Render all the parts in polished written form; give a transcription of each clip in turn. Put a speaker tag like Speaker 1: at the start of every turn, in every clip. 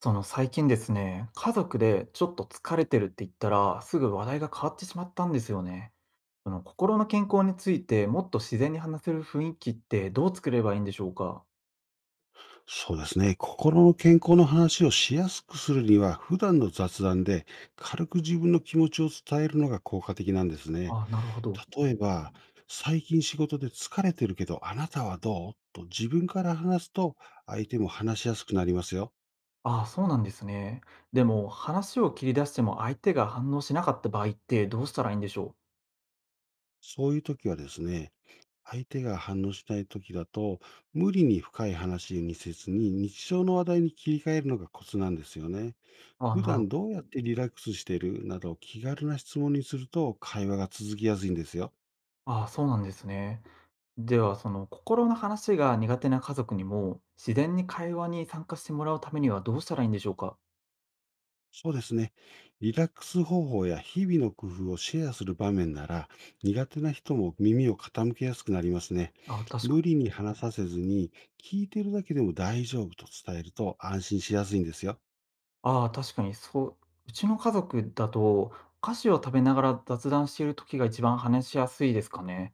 Speaker 1: その最近ですね、家族でちょっと疲れてるって言ったら、すぐ話題が変わってしまったんですよね。その心の健康についてもっと自然に話せる雰囲気ってどう作ればいいんでしょうか。
Speaker 2: そうですね。心の健康の話をしやすくするには、普段の雑談で軽く自分の気持ちを伝えるのが効果的なんですね。
Speaker 1: あ、なるほど。
Speaker 2: 例えば、最近仕事で疲れてるけど、あなたはどうと自分から話すと、相手も話しやすくなりますよ。
Speaker 1: あ、そうなんですね。でも話を切り出しても相手が反応しなかった場合ってどうしたらいいんでしょう。
Speaker 2: そういう時はですね、相手が反応しないときだと、無理に深い話にせずに、日常の話題に切り替えるのがコツなんですよね。
Speaker 1: あ、
Speaker 2: 普
Speaker 1: なるほ
Speaker 2: 段
Speaker 1: ど。
Speaker 2: どうやってリラックスしているなど気軽な質問にすると会話が続きやすいんですよ。
Speaker 1: あ、そうなんですね。では、その心の話が苦手な家族にも自然に会話に参加してもらうためにはどうしたらいいんでしょうか。
Speaker 2: そうですね。リラックス方法や日々の工夫をシェアする場面なら、苦手な人も耳を傾けやすくなりますね。
Speaker 1: あ、確か
Speaker 2: 無
Speaker 1: に。
Speaker 2: 理に話させずに、聞いてるだけでも大丈夫と伝えると安心しやすいんですよ。
Speaker 1: ああ、確かにそう、うちの家族だと、お菓子を食べながら雑談している時が一番話しやすいですかね。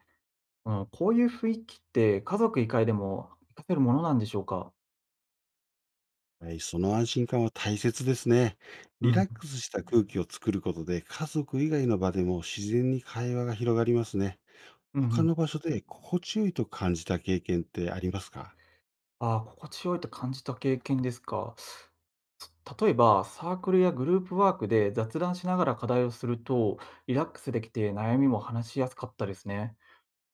Speaker 1: うん、こういう雰囲気って家族以外でも活かせるものなんでしょうか？
Speaker 2: はい、その安心感は大切ですね。
Speaker 1: う
Speaker 2: リ
Speaker 1: ん、
Speaker 2: ラックスした空気を作ることで、家族以外の場でも自然に会話が広がりますね。
Speaker 1: うん
Speaker 2: 他
Speaker 1: うん。
Speaker 2: の場所で心地よいと感じた経験ってありますか？
Speaker 1: ああ、心地よいと感じた経験ですか。例えば、サークルやグループワークで雑談しながら課題をすると、リラックスできて悩みも話しやすかったですね。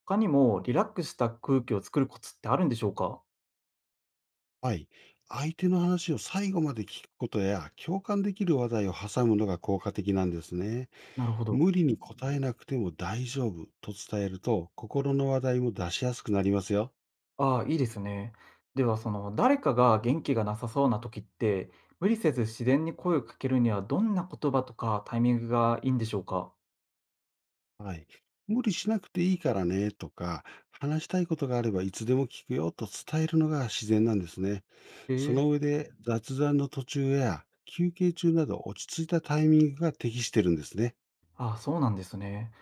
Speaker 1: 他にもリラックスした空気を作るコツってあるんでしょうか？
Speaker 2: はい。相手の話を最後まで聞くことや、共感できる話題を挟むのが効果的なんですね。
Speaker 1: なるほど。
Speaker 2: 無理に答えなくても大丈夫と伝えると、心の話題も出しやすくなりますよ。
Speaker 1: ああ、いいですね。では、その、誰かが元気がなさそうな時って、無理せず自然に声をかけるにはどんな言葉とかタイミングがいいんでしょうか？
Speaker 2: はい。無理しなくていいからねとか、話したいことがあればいつでも聞くよと伝えるのが自然なんですね。
Speaker 1: え
Speaker 2: その
Speaker 1: え。
Speaker 2: 上で、雑談の途中や休憩中など落ち着いたタイミングが適してるんですね。
Speaker 1: ああ、そうなんですね。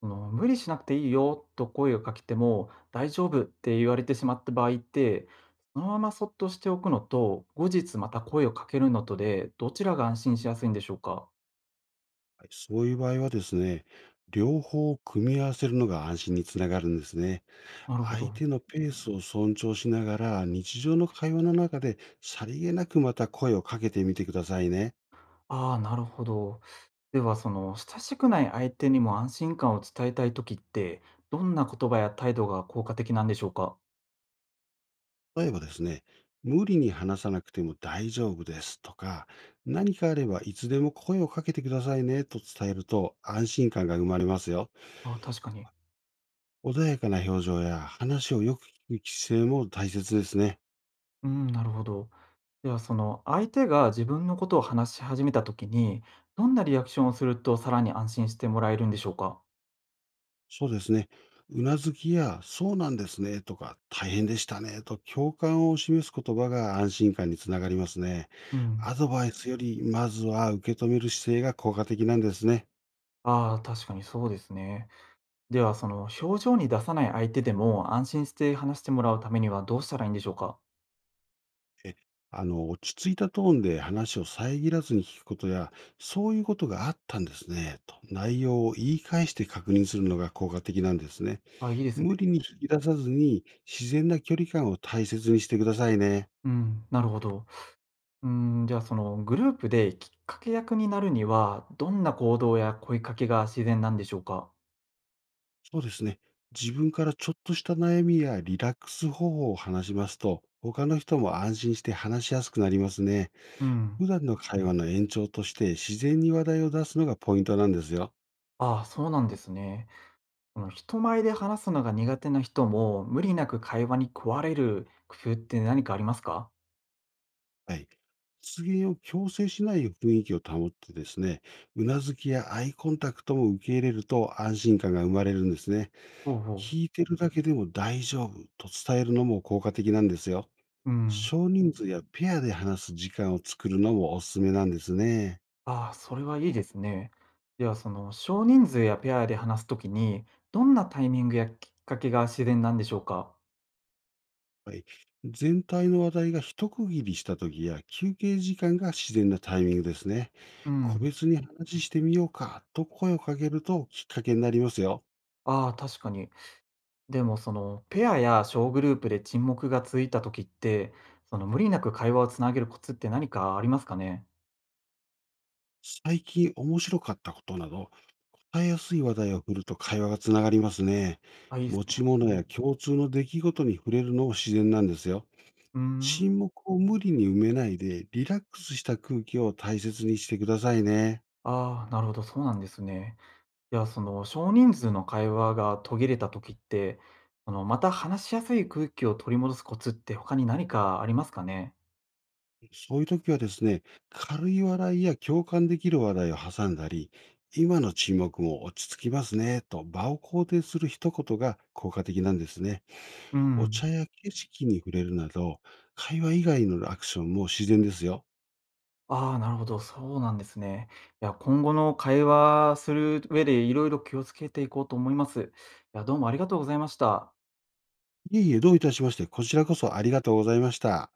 Speaker 1: その、無理しなくていいよと声をかけても、大丈夫って言われてしまった場合って、そのままそっとしておくのと、後日また声をかけるのとで、どちらが安心しやすいんでしょうか？
Speaker 2: はい、そういう場合はですね、両方を組み合わせるのが安心につながるんですね。
Speaker 1: なるほど。
Speaker 2: 相手のペースを尊重しながら、日常の会話の中でさりげなくまた声をかけてみてくださいね。
Speaker 1: ああ、なるほど。では、その親しくない相手にも安心感を伝えたい時って、どんな言葉や態度が効果的なんでしょうか？
Speaker 2: 例えばですね、無理に話さなくても大丈夫ですとか、何かあればいつでも声をかけてくださいねと伝えると、安心感が生まれますよ。
Speaker 1: あ、確かに。
Speaker 2: 穏やかな表情や、話をよく聞く姿勢も大切ですね。
Speaker 1: うん、なるほど。では、その相手が自分のことを話し始めた時に、どんなリアクションをするとさらに安心してもらえるんでしょうか？
Speaker 2: そうですね。うなずきや、そうなんですねとか、大変でしたねと共感を示す言葉が安心感につながりますね。
Speaker 1: うん。
Speaker 2: アドバイスより、まずは受け止める姿勢が効果的なんですね。
Speaker 1: ああ、確かにそうですね。では、その表情に出さない相手でも安心して話してもらうためにはどうしたらいいんでしょうか？
Speaker 2: え、落ち着いたトーンで話を遮らずに聞くことや、そういうことがあったんですね、と内容を言い返して確認するのが効果的なんですね。
Speaker 1: あ、いいですね。
Speaker 2: 無理に引き出さずに、自然な距離感を大切にしてくださいね。
Speaker 1: うん、なるほど。じゃあそのグループできっかけ役になるには、どんな行動や声かけが自然なんでしょうか？
Speaker 2: そうですね。自分からちょっとした悩みやリラックス方法を話しますと、他の人も安心して話しやすくなりますね。
Speaker 1: うん。
Speaker 2: 普段の会話の延長として、自然に話題を出すのがポイントなんですよ。
Speaker 1: ああ、そうなんですね。その人前で話すのが苦手な人も、無理なく会話に加われる工夫って何かありますか？
Speaker 2: はい。発言を強制しない雰囲気を保ってですね、うなずきやアイコンタクトも受け入れると安心感が生まれるんですね。
Speaker 1: おうおう。
Speaker 2: 聞いてるだけでも大丈夫と伝えるのも効果的なんですよ。
Speaker 1: うん。
Speaker 2: 少人数やペアで話す時間を作るのもおすすめなんですね。
Speaker 1: ああ、それはいいですね。ではその少人数やペアで話すときに、どんなタイミングやきっかけが自然なんでしょうか？
Speaker 2: はい。全体の話題が一区切りした時や、休憩時間が自然なタイミングですね。
Speaker 1: う
Speaker 2: 個
Speaker 1: ん。
Speaker 2: 別に話してみようかと声をかけると、きっかけになりますよ。
Speaker 1: ああ、確かに。でもその、ペアや小グループで沈黙がついた時って、その無理なく会話をつなげるコツって何かありますかね？
Speaker 2: 最近面白かったことなど、伝えやすい話題を振ると会話がつながりますね。
Speaker 1: あ、いいです
Speaker 2: 持ち
Speaker 1: ね。
Speaker 2: 物や共通の出来事に触れるのも自然なんですよ。
Speaker 1: うーん。
Speaker 2: 沈黙を無理に埋めないで、リラックスした空気を大切にしてくださいね。
Speaker 1: ああ、なるほど、そうなんですね。いや、その少人数の会話が途切れた時って、そのまた話しやすい空気を取り戻すコツって他に何かありますかね？
Speaker 2: そういう時はですね、軽い笑いや共感できる話題を挟んだり、今の沈黙も落ち着きますね、と場を肯定する一言が効果的なんですね。
Speaker 1: う
Speaker 2: お茶
Speaker 1: ん。
Speaker 2: や景色に触れるなど、会話以外のアクションも自然ですよ。
Speaker 1: ああ、なるほど、そうなんですね。いや、今後の会話する上で色々気をつけていこうと思います。いや、どうもありがとうございました。
Speaker 2: いえいえ、どういたしまして、こちらこそありがとうございました。